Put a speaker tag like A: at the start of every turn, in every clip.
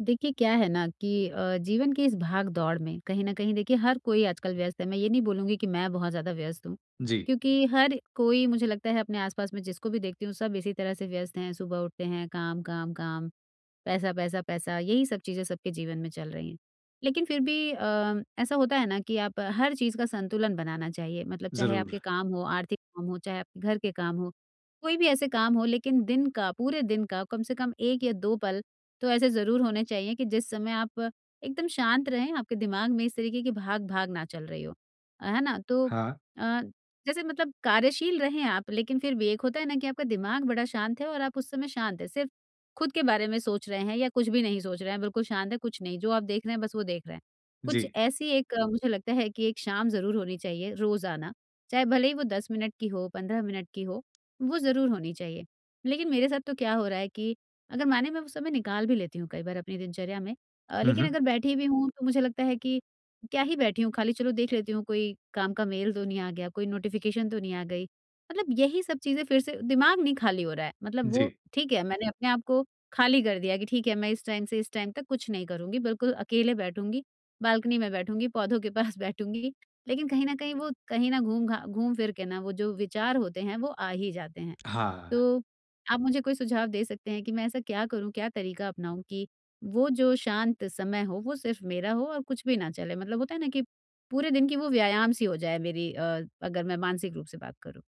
A: देखिए क्या है ना कि जीवन की इस भाग दौड़ में कहीं ना कहीं देखिए हर कोई आजकल व्यस्त है। मैं ये नहीं बोलूंगी कि मैं बहुत ज्यादा व्यस्त हूँ,
B: जी,
A: क्योंकि हर कोई मुझे लगता है अपने आसपास में जिसको भी देखती हूँ सब इसी तरह से व्यस्त हैं। सुबह उठते हैं काम काम काम, पैसा पैसा पैसा, यही सब चीजें सबके जीवन में चल रही हैं। लेकिन फिर भी ऐसा होता है ना कि आप हर चीज का संतुलन बनाना चाहिए। मतलब चाहे आपके
B: ज़रूर।
A: काम हो, आर्थिक काम हो, चाहे आपके घर के काम हो, कोई भी ऐसे काम हो, लेकिन दिन का पूरे दिन का कम से कम एक या दो पल तो ऐसे ज़रूर होने चाहिए कि जिस समय आप एकदम शांत रहें, आपके दिमाग में इस तरीके की भाग-भाग ना चल रही हो। है ना? तो
B: हाँ,
A: अ, जैसे मतलब कार्यशील रहें आप, लेकिन फिर भी एक होता है ना कि आपका दिमाग बड़ा शांत है और आप उस समय शांत हैं। सिर्फ़ खुद के बारे में सोच रहे हैं या कुछ भी नहीं सोच रहे हैं, बिल्कुल शांत हैं, कुछ नहीं। जो आप देख रहे हैं, बस वो देख रहे हैं।
B: जी।
A: कुछ ऐसी एक मुझे लगता है कि एक शाम ज़रूर होनी चाहिए रोज़ाना, चाहे भले ही वो 10 मिनट की हो, 15 मिनट की हो, वो ज़रूर होनी चाहिए। लेकिन मेरे साथ तो क्या हो रहा है कि अगर माने मैं वो समय निकाल भी लेती हूँ कई बार अपनी दिनचर्या में,
B: हुँ,
A: लेकिन
B: हुँ।
A: अगर बैठी भी हूँ तो मुझे लगता है कि क्या ही बैठी हूँ खाली, चलो देख लेती हूँ कोई काम का मेल तो नहीं आ गया, कोई नोटिफिकेशन तो नहीं आ गई। मतलब यही सब चीज़ें, फिर से दिमाग नहीं खाली हो रहा है। मतलब वो
B: जी,
A: ठीक है मैंने अपने आप को खाली कर दिया कि ठीक है मैं इस टाइम से इस टाइम तक कुछ नहीं करूँगी, बिल्कुल अकेले बैठूँगी, बालकनी में बैठूँगी, पौधों के पास बैठूँगी। लेकिन कहीं न कहीं वो कहीं न घूम फिर के ना वो जो विचार होते हैं वो आ ही जाते हैं।
B: हाँ,
A: तो आप मुझे कोई सुझाव दे सकते हैं कि मैं ऐसा क्या करूँ, क्या तरीका अपनाऊँ कि वो जो शांत समय हो, वो सिर्फ़ मेरा हो और कुछ भी ना चले? मतलब होता है ना कि पूरे दिन की वो व्यायाम सी हो जाए मेरी, अगर मैं मानसिक रूप से बात करूँ।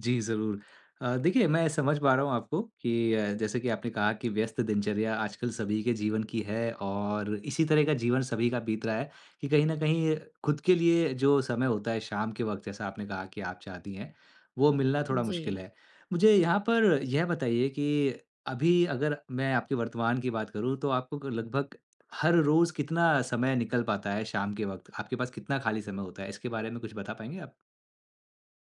B: जी, ज़रूर। देखिए मैं समझ पा रहा हूँ आपको कि जैसे कि आपने कहा कि व्यस्त दिनचर्या आजकल सभी के जीवन की है और इसी तरह का जीवन सभी का बीत रहा है कि कहीं न कहीं खुद के लिए जो समय होता है शाम के वक़्त, जैसा आपने कहा कि आप चाहती हैं, वो मिलना थोड़ा
A: जी।
B: मुश्किल है। मुझे यहाँ पर यह बताइए कि अभी अगर मैं आपके वर्तमान की बात करूँ, तो आपको क लगभग हर रोज़ कितना समय निकल पाता है शाम के वक़्त? आपके पास कितना खाली समय होता है? इसके बारे में कुछ बता पाएँगे आप?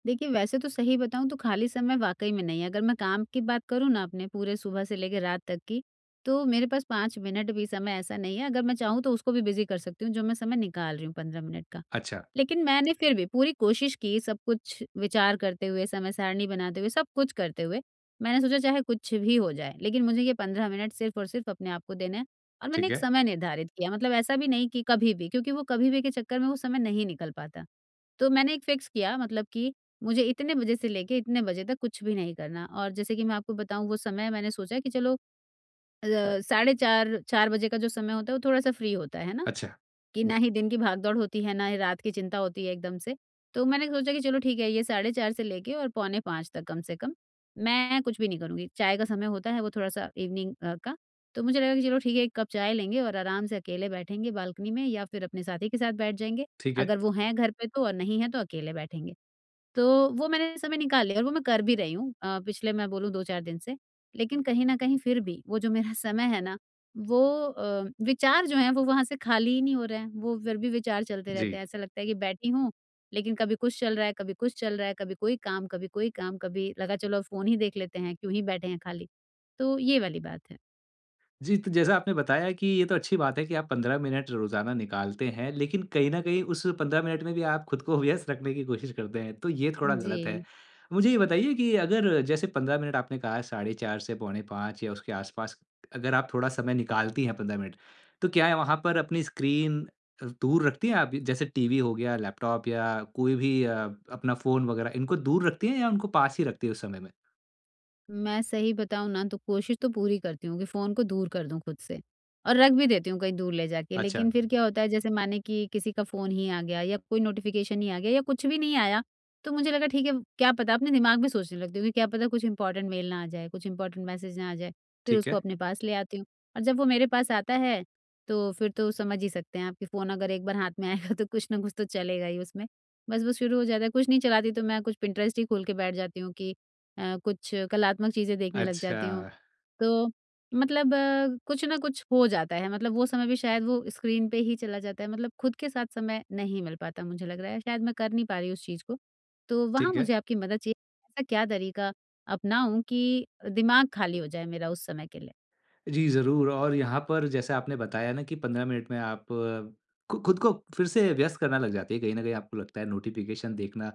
A: देखिए, वैसे तो सही बताऊँ तो खाली समय वाक़ई में नहीं है। अगर मैं काम की बात करूँ ना अपने पूरे सुबह से लेके रात तक की, तो मेरे पास 5 मिनट भी समय ऐसा नहीं है। अगर मैं चाहूँ तो उसको भी बिज़ी कर सकती हूँ, जो मैं समय निकाल रही हूँ 15 मिनट का।
B: अच्छा,
A: लेकिन मैंने फिर भी पूरी कोशिश की, सब कुछ विचार करते हुए, समय सारणी बनाते हुए, सब कुछ करते हुए। मैंने सोचा चाहे कुछ भी हो जाए, लेकिन मुझे ये 15 मिनट सिर्फ़ और सिर्फ़ अपने आप को देना है और मैंने
B: ठीक
A: एक
B: है।
A: समय निर्धारित किया। मतलब ऐसा भी नहीं कि कभी भी, क्योंकि वो कभी भी के चक्कर में वो समय नहीं निकल पाता। तो मैंने एक फ़िक्स किया, मतलब कि मुझे इतने बजे से लेके इतने बजे तक कुछ भी नहीं करना। और जैसे कि मैं आपको बताऊँ वो समय, मैंने सोचा कि चलो अ, साढ़े 4, 4 बजे का जो समय होता है, वो थोड़ा-सा फ्री होता है ना?
B: अच्छा।
A: कि ना ही दिन की भागदौड़ होती है, ना ही रात की चिंता होती है एकदम से। तो मैंने सोचा कि चलो ठीक है ये 4:30 से लेके और पौने 5 तक कम से कम, मैं कुछ भी नहीं करूँगी। चाय का समय होता है वो थोड़ा-सा इवनिंग का, तो मुझे लगा कि चलो ठीक है 1 कप चाय लेंगे और आराम से अकेले बैठेंगे बालकनी में या फिर अपने साथी के साथ बैठ जाएँगे,
B: ठीक है।
A: अगर वो हैं घर पे तो, और नहीं हैं तो अकेले बैठेंगे। तो वो मैंने समय निकाल लिया और वो मैं कर भी रही हूँ, पिछले मैं बोलूँ 2-4 दिन से। लेकिन कहीं न कहीं फिर भी वो जो मेरा समय है ना, वो विचार जो हैं वो वहाँ से खाली ही नहीं हो रहे हैं, वो फिर भी विचार चलते
B: जी।
A: रहते हैं। ऐसा लगता है कि बैठी हूँ, लेकिन कभी कुछ चल रहा है, कभी कुछ चल रहा है, कभी कोई काम, कभी कोई काम, कभी लगा चलो अब फ़ोन ही देख लेते हैं, क्यों ही बैठे हैं खाली। तो ये वाली बात है।
B: जी, तो जैसा आपने बताया कि ये तो अच्छी बात है कि आप 15 मिनट रोज़ाना निकालते हैं, लेकिन कहीं न कहीं उस 15 मिनट में भी आप खुद को व्यस्त रखने की कोशिश करते हैं, तो ये थोड़ा
A: जी।
B: गलत है। मुझे ये बताइए कि अगर जैसे 15 मिनट आपने कहा साढ़े 4 से पौने 5 या उसके आस-पास, अगर आप थोड़ा समय निकालती हैं 15 मिनट, तो क्या है, वहाँ पर अपनी स्क्रीन दूर रखती हैं आप? जैसे टीवी हो गया, लैपटॉप या कोई भी अपना फ़ोन वगैरह, इनको दूर रखती हैं या उनको पास ही रखती हैं उस समय में?
A: मैं सही बताऊँ ना तो कोशिश तो पूरी करती हूँ कि फ़ोन को दूर कर दूँ खुद से और रख भी देती हूँ कहीं दूर ले जाके।
B: अच्छा,
A: लेकिन फिर क्या होता है जैसे माने कि किसी का फ़ोन ही आ गया या कोई नोटिफ़िकेशन ही आ गया या कुछ भी नहीं आया, तो मुझे लगा ठीक है, क्या पता, अपने दिमाग में सोचने लगती हूँ कि क्या पता कुछ इम्पोर्टेंट मेल ना आ जाए, कुछ इम्पोर्टेंट मैसेज ना आ जाए, फिर
B: ठीक
A: उसको
B: है।
A: अपने पास ले आती हूँ। और जब वो मेरे पास आता है, तो फिर तो समझ ही सकते हैं आप कि फ़ोन अगर एक बार हाथ में आएगा तो कुछ ना कुछ तो चलेगा ही उसमें। बस वो शुरू हो जाता है, कुछ नहीं चलाती तो मैं कुछ पिंटरेस्ट ही खोल के बैठ जाती हूँ कि कुछ कलात्मक चीज़ें देखने लग
B: अच्छा,
A: जाती हूँ। तो मतलब कुछ ना कुछ हो जाता है, मतलब वो समय भी शायद वो स्क्रीन पे ही चला जाता है, मतलब खुद के साथ समय नहीं मिल पाता, मुझे लग रहा है, शायद मैं कर नहीं पा रही हूँ उस चीज़ को। तो वहाँ
B: ठीक है।
A: मुझे आपकी मदद चाहिए, ऐसा क्या तरीका अपनाऊँ कि दिमाग खाली हो जाए मेरा उस समय के लिए?
B: जी, ज़रूर। और यहाँ पर जैसे आपने बताया ना कि 15 मिनट में आप अ, खु खुद को फिर से व्यस्त करना लग जाती है, कहीं न कहीं आपको लगता है नोटिफ़िकेशन देखना।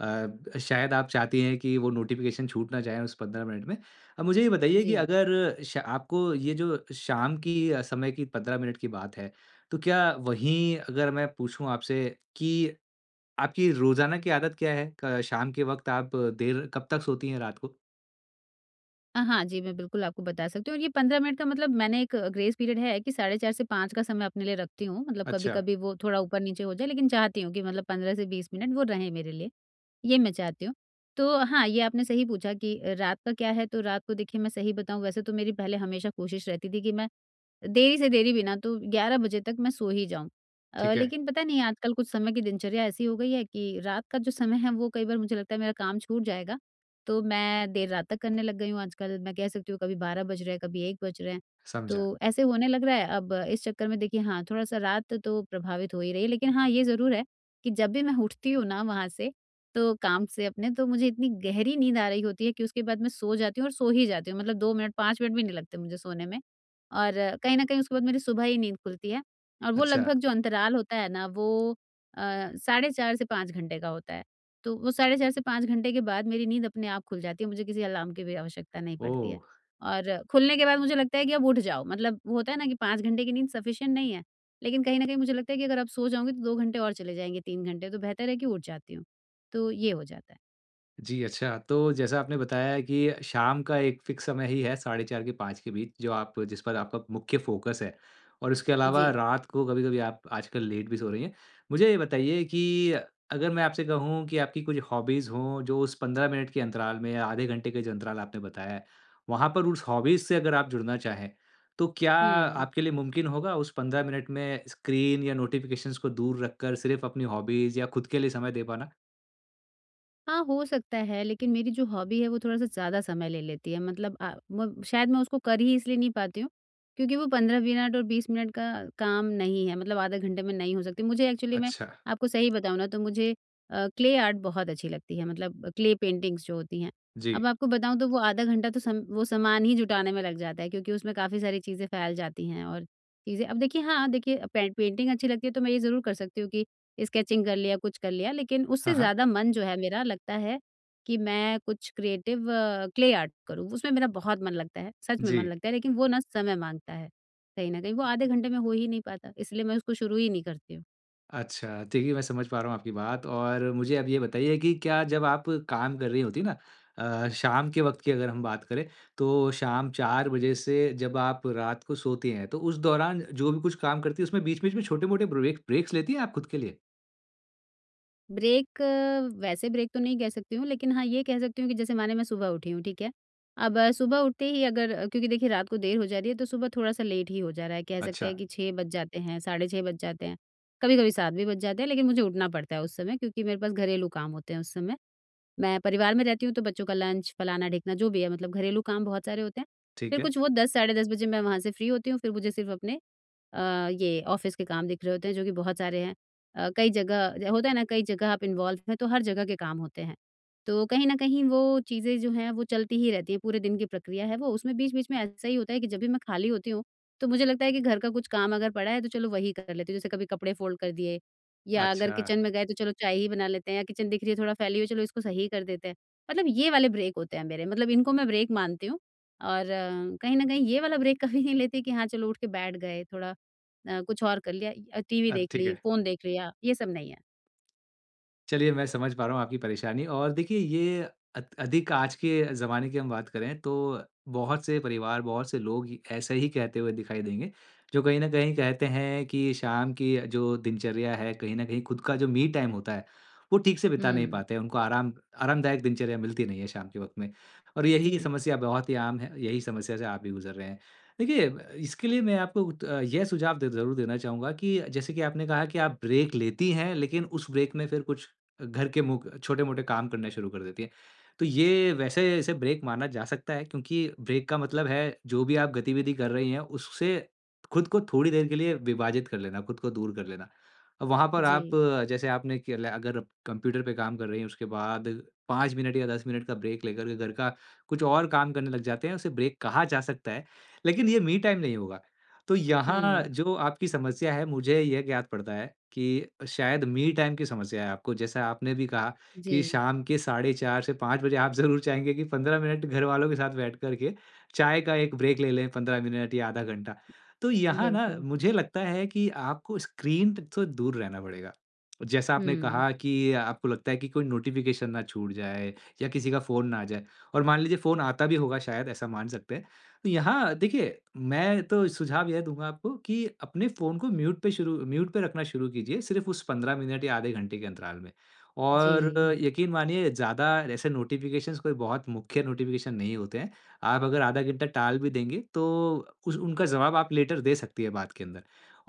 B: शायद आप चाहती हैं कि वो नोटिफ़िकेशन छूट ना जाए उस 15 मिनट में। अब मुझे ये बताइए कि
A: जी।
B: अगर श आपको ये जो शाम की समय की 15 मिनट की बात है, तो क्या वहीं अगर मैं पूछूँ आपसे कि आपकी रोज़ाना की आदत क्या है? क शाम के वक़्त आप देर कब तक सोती हैं रात को?
A: हाँ जी, मैं बिल्कुल आपको बता सकती हूँ और ये 15 मिनट का मतलब मैंने एक ग्रेस पीरियड है कि साढ़े 4 से 5 का समय अपने लिए रखती हूँ, मतलब
B: अच्छा,
A: कभी-कभी वो थोड़ा ऊपर-नीचे हो जाए लेकिन चाहती हूँ कि मतलब 15 से 20 मिनट वो रहें मेरे लिए। ये मैं चाहती हूँ। तो हाँ, ये आपने सही पूछा कि रात का क्या है, तो रात को देखिए मैं सही बताऊँ, वैसे तो मेरी पहले हमेशा कोशिश रहती थी कि मैं देरी से देरी भी ना तो 11 बजे तक मैं सो ही जाऊँ।
B: ठीक है,
A: लेकिन पता नहीं आजकल कुछ समय की दिनचर्या ऐसी हो गई है कि रात का जो समय है वो कई बार मुझे लगता है मेरा काम छूट जाएगा, तो मैं देर रात तक करने लग गई हूँ आजकल। मैं कह सकती हूँ कभी 12 बज रहे हैं, कभी 1 बज रहे हैं,
B: समझा।
A: तो ऐसे होने लग रहा है। अब इस चक्कर में देखिए हाँ, थोड़ा-सा रात तो प्रभावित हो ही रही है। लेकिन हाँ, ये ज़रूर है कि जब भी मैं उठती हूँ ना वहाँ से, तो काम से अपने, तो मुझे इतनी गहरी नींद आ रही होती है कि उसके बाद मैं सो जाती हूँ और सो ही जाती हूँ। मतलब 2 मिनट 5 मिनट भी नहीं लगते मुझे सोने में। और कहीं न कहीं उसके बाद मेरी सुबह ही नींद खुलती है और वो
B: अच्छा,
A: लगभग जो अंतराल होता है ना, वो अ, साढ़े 4 से 5 घंटे का होता है। तो वो साढ़े 4 से 5 घंटे के बाद मेरी नींद अपने आप खुल जाती है, मुझे किसी अलार्म की भी आवश्यकता नहीं पड़ती है।
B: ओह!
A: और खुलने के बाद मुझे लगता है कि अब उठ जाओ, मतलब वो होता है ना कि 5 घंटे की नींद सफिशिएंट नहीं है, लेकिन कहीं न कहीं मुझे लगता है कि अगर अब सो जाऊँगी तो 2 घंटे और चले जाएँगे, 3 घंटे, तो बेहतर है कि उठ जाती हूँ। तो ये हो जाता है।
B: जी, अच्छा। तो जैसा आपने बताया है कि शाम का एक फ़िक्स समय ही है 4:30 के 5 के बीच, जो आप जिस पर आपका मुख्य फ़ोकस है, और उसके अलावा
A: जी।
B: रात को कभी-कभी आप आजकल लेट भी सो रही हैं। मुझे ये बताइए कि अगर मैं आपसे कहूँ कि आपकी कुछ हॉबीज़ हों जो उस 15 मिनट के अंतराल में या आधे घंटे के जो अंतराल आपने बताया है, वहाँ पर उस हॉबीज़ से अगर आप जुड़ना चाहें, तो क्या
A: हुँ।
B: आपके लिए मुमकिन होगा उस 15 मिनट में स्क्रीन या नोटिफ़िकेशंस को दूर रखकर सिर्फ़ अपनी हॉबीज़ या खुद के लिए समय दे पाना?
A: हाँ, हो सकता है, लेकिन मेरी जो हॉबी है वो थोड़ा-सा ज़्यादा समय ले लेती है, मतलब अ, म शायद मैं उसको कर ही इसलिए नहीं पाती हूँ, क्योंकि वो 15 मिनट और 20 मिनट का काम नहीं है, मतलब आधे घंटे में नहीं हो सकती। मुझे एक्चुअली मैं
B: अच्छा,
A: आपको सही बताऊँ ना तो मुझे क्ले आर्ट बहुत अच्छी लगती है, मतलब क्ले पेंटिंग्स जो होती हैं।
B: जी।
A: अब आपको बताऊँ तो वो आधा घंटा तो सम वो सामान ही जुटाने में लग जाता है, क्योंकि उसमें काफ़ी सारी चीज़ें फैल जाती हैं और चीज़ें, अब देखिए हाँ, देखिए पे पेंटिंग अच्छी लगती है तो मैं ये ज़रूर कर सकती हूँ कि स्केचिंग कर लिया, कुछ कर लिया, लेकिन उससे
B: हाँ, हाँ।
A: ज़्यादा मन जो है मेरा लगता है कि मैं कुछ क्रिएटिव क्ले आर्ट करूँ, उसमें मेरा बहुत मन लगता है, सच में
B: जी।
A: मन लगता है, लेकिन वो ना समय माँगता है। कहीं न कहीं वो आधे घंटे में हो ही नहीं पाता, इसलिए मैं उसको शुरू ही नहीं करती हूँ।
B: अच्छा, देखिए मैं समझ पा रहा हूँ आपकी बात। और मुझे अब ये बताइए कि क्या जब आप काम कर रही होती ना, शाम के वक़्त की अगर हम बात करें, तो शाम 4 बजे से जब आप रात को सोती हैं, तो उस दौरान जो भी कुछ काम करती हैं, उसमें बीच-बीच में छोटे-मोटे ब्रेक्स लेती हैं आप खुद के लिए?
A: ब्रेक, वैसे ब्रेक तो नहीं कह सकती हूँ, लेकिन हाँ, ये कह सकती हूँ कि जैसे माने मैं सुबह उठी हूँ, ठीक है? अब सुबह उठते ही अगर क्योंकि देखिए रात को देर हो जा रही है, तो सुबह थोड़ा-सा लेट ही हो जा रहा है। कह सकते
B: अच्छा,
A: हैं कि 6 बज जाते हैं, साढ़े 6 बज जाते हैं, कभी-कभी 7 भी बज जाते हैं, लेकिन मुझे उठना पड़ता है उस समय क्योंकि मेरे पास घरेलू काम होते हैं उस समय। मैं परिवार में रहती हूँ, तो बच्चों का लंच, फलाना-ढिकना जो भी है, मतलब घरेलू काम बहुत सारे होते हैं।
B: ठीक
A: फिर
B: है।
A: कुछ वो 10 साढ़े 10 बजे मैं वहाँ से फ्री होती हूँ, फिर मुझे सिर्फ़ अपने ये ऑफिस के काम दिख रहे होते हैं जो कि बहुत सारे हैं। कई जगह होता है ना, कई जगह आप इन्वॉल्व हैं तो हर जगह के काम होते हैं। तो कहीं न कहीं वो चीज़ें जो हैं वो चलती ही रहती हैं, पूरे दिन की प्रक्रिया है वो। उसमें बीच-बीच में ऐसा ही होता है कि जब भी मैं खाली होती हूँ, तो मुझे लगता है कि घर का कुछ काम अगर पड़ा है तो चलो वही कर लेती हूँ। जैसे कभी कपड़े फोल्ड कर दिए, या अगर
B: अच्छा,
A: किचन में गए तो चलो चाय ही बना लेते हैं, या किचन दिख रही है थोड़ा फैली हुई, चलो इसको सही कर देते हैं। मतलब ये वाले ब्रेक होते हैं मेरे, मतलब इनको मैं ब्रेक मानती हूँ और कहीं न कहीं ये वाला ब्रेक कभी नहीं लेती कि हाँ, चलो उठ के बैठ गए, थोड़ा कुछ और कर लिया, टीवी देख
B: ठीक
A: ली,
B: है।
A: फ़ोन देख लिया, ये सब नहीं है।
B: चलिए, मैं समझ पा रहा हूँ आपकी परेशानी। और देखिए ये अत अधिक आज के ज़माने की हम बात करें, तो बहुत से परिवार, बहुत से लोग ही ऐसे ही कहते हुए दिखाई देंगे, जो कहीं न कहीं कहते हैं कि शाम की जो दिनचर्या है, कहीं न कहीं खुद का जो मी टाइम होता है, वो ठीक से बिता नहीं
A: हुँ।
B: पाते हैं। उनको आरामदायक दिनचर्या मिलती नहीं है शाम के वक़्त में, और यही
A: जी,
B: समस्या बहुत ही आम है, यही समस्या से आप भी गुज़र रहे हैं। देखिए इसके लिए मैं आपको ये सुझाव द ज़रूर देना चाहूँगा कि जैसे कि आपने कहा कि आप ब्रेक लेती हैं, लेकिन उस ब्रेक में फिर कुछ घर के मुक छोटे-मोटे काम करने शुरू कर देती है। तो ये वैसे इसे ब्रेक माना जा सकता है, क्योंकि ब्रेक का मतलब है जो भी आप गतिविधि कर रही हैं उससे खुद को थोड़ी देर के लिए विभाजित कर लेना, खुद को दूर कर लेना। अब वहाँ पर
A: जी।
B: आप जैसे आपने कि, ल अगर आप कंप्यूटर पे काम कर रही हैं, उसके बाद 5 मिनट या 10 मिनट का ब्रेक लेकर के घर का कुछ और काम करने लग जाते हैं, उसे ब्रेक कहा जा सकता है। लेकिन ये मी टाइम नहीं होगा। तो यहाँ
A: हुँ।
B: जो आपकी समस्या है, मुझे यह ज्ञात पड़ता है कि शायद मी टाइम की समस्या है आपको। जैसा आपने भी कहा कि
A: जी,
B: शाम के साढ़े 4 से 5 बजे आप ज़रूर चाहेंगे कि 15 मिनट घरवालों के साथ बैठ कर के चाय का एक ब्रेक ले लें, 15 मिनट या आधा घंटा। तो यहाँ ना
A: बिल्कुल।
B: मुझे लगता है कि आपको स्क्रीन से दूर रहना पड़ेगा। जैसा आपने
A: हुँ।
B: कहा कि आपको लगता है कि कोई नोटिफ़िकेशन ना छूट जाए या किसी का फ़ोन ना आ जाए, और मान लीजिए फ़ोन आता भी होगा शायद, ऐसा मान सकते हैं। तो यहाँ देखिए, मैं तो सुझाव यह दूँगा आपको कि अपने फ़ोन को म्यूट पे रखना शुरू कीजिए, सिर्फ़ उस 15 मिनट या आधे घंटे के अंतराल में। और
A: जी,
B: यकीन मानिए, ज़्यादा ऐसे नोटिफ़िकेशंस कोई बहुत मुख्य नोटिफ़िकेशन नहीं होते हैं। आप अगर आधा घंटा टाल भी देंगे, तो उस उनका जवाब आप लेटर दे सकती है बात के अंदर।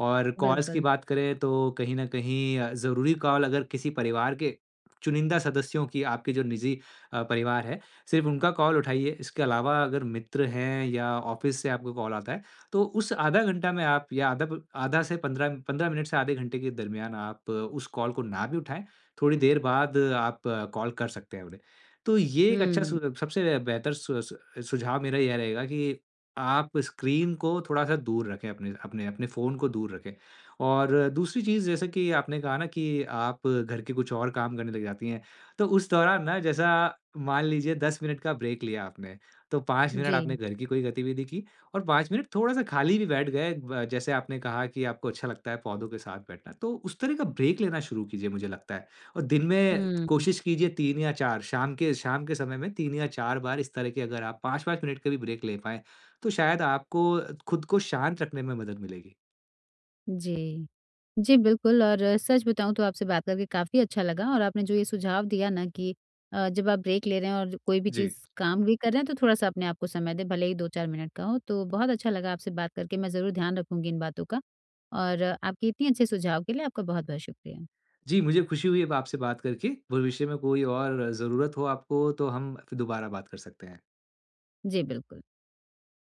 B: और कॉल्स की
A: बिल्कुल।
B: बात करें, तो कहीं न कहीं ज़रूरी कॉल अगर किसी परिवार के चुनिंदा सदस्यों की, आपके जो निजी परिवार है, सिर्फ़ उनका कॉल उठाइए। इसके अलावा अगर मित्र हैं या ऑफ़िस से आपको कॉल आता है, तो उस आधा घंटा में आप, या आधा से 15 मिनट से आधे घंटे के दरमियान, आप उस कॉल को ना भी उठाएँ, थोड़ी देर बाद आप कॉल कर सकते हैं उन्हें। तो ये एक अच्छा
A: हुँ।
B: सु सबसे बेहतर सु सु सुझाव मेरा यह रहेगा कि आप स्क्रीन को थोड़ा-सा दूर रखें, अपने अपने अपने फ़ोन को दूर रखें। और दूसरी चीज़, जैसे कि आपने कहा ना कि आप घर के कुछ और काम करने लग जाती हैं, तो उस दौरान ना, जैसा मान लीजिए 10 मिनट का ब्रेक लिया आपने, तो 5 मिनट
A: जी।
B: आपने घर की कोई गतिविधि की और 5 मिनट थोड़ा-सा खाली भी बैठ गए, ब जैसे आपने कहा कि आपको अच्छा लगता है पौधों के साथ बैठना, तो उस तरह का ब्रेक लेना शुरू कीजिए, मुझे लगता है। और दिन में
A: हुँ।
B: कोशिश कीजिए, 3 या 4 शाम के समय में 3 या 4 बार इस तरह के अगर आप 5-5 मिनट का भी ब्रेक ले पाएँ, तो शायद आपको खुद को शांत रखने में मदद मिलेगी।
A: जी। जी, बिल्कुल और सच बताऊँ तो आपसे बात करके काफ़ी अच्छा लगा और आपने जो ये सुझाव दिया ना कि जब आप ब्रेक ले रहे हैं और कोई भी
B: जी।
A: चीज़ काम भी कर रहे हैं तो थोड़ा-सा अपने आप को समय दें, भले ही 2-4 मिनट का हो। तो बहुत अच्छा लगा आपसे बात करके, मैं ज़रूर ध्यान रखूँगी इन बातों का और आपके इतनी अच्छे सुझाव के लिए आपका बहुत-बहुत शुक्रिया।
B: जी, मुझे खुशी हुई अब आपसे बात करके। भविष्य में कोई और ज़रूरत हो आपको, तो हम फिर दोबारा बात कर सकते हैं।
A: जी, बिल्कुल।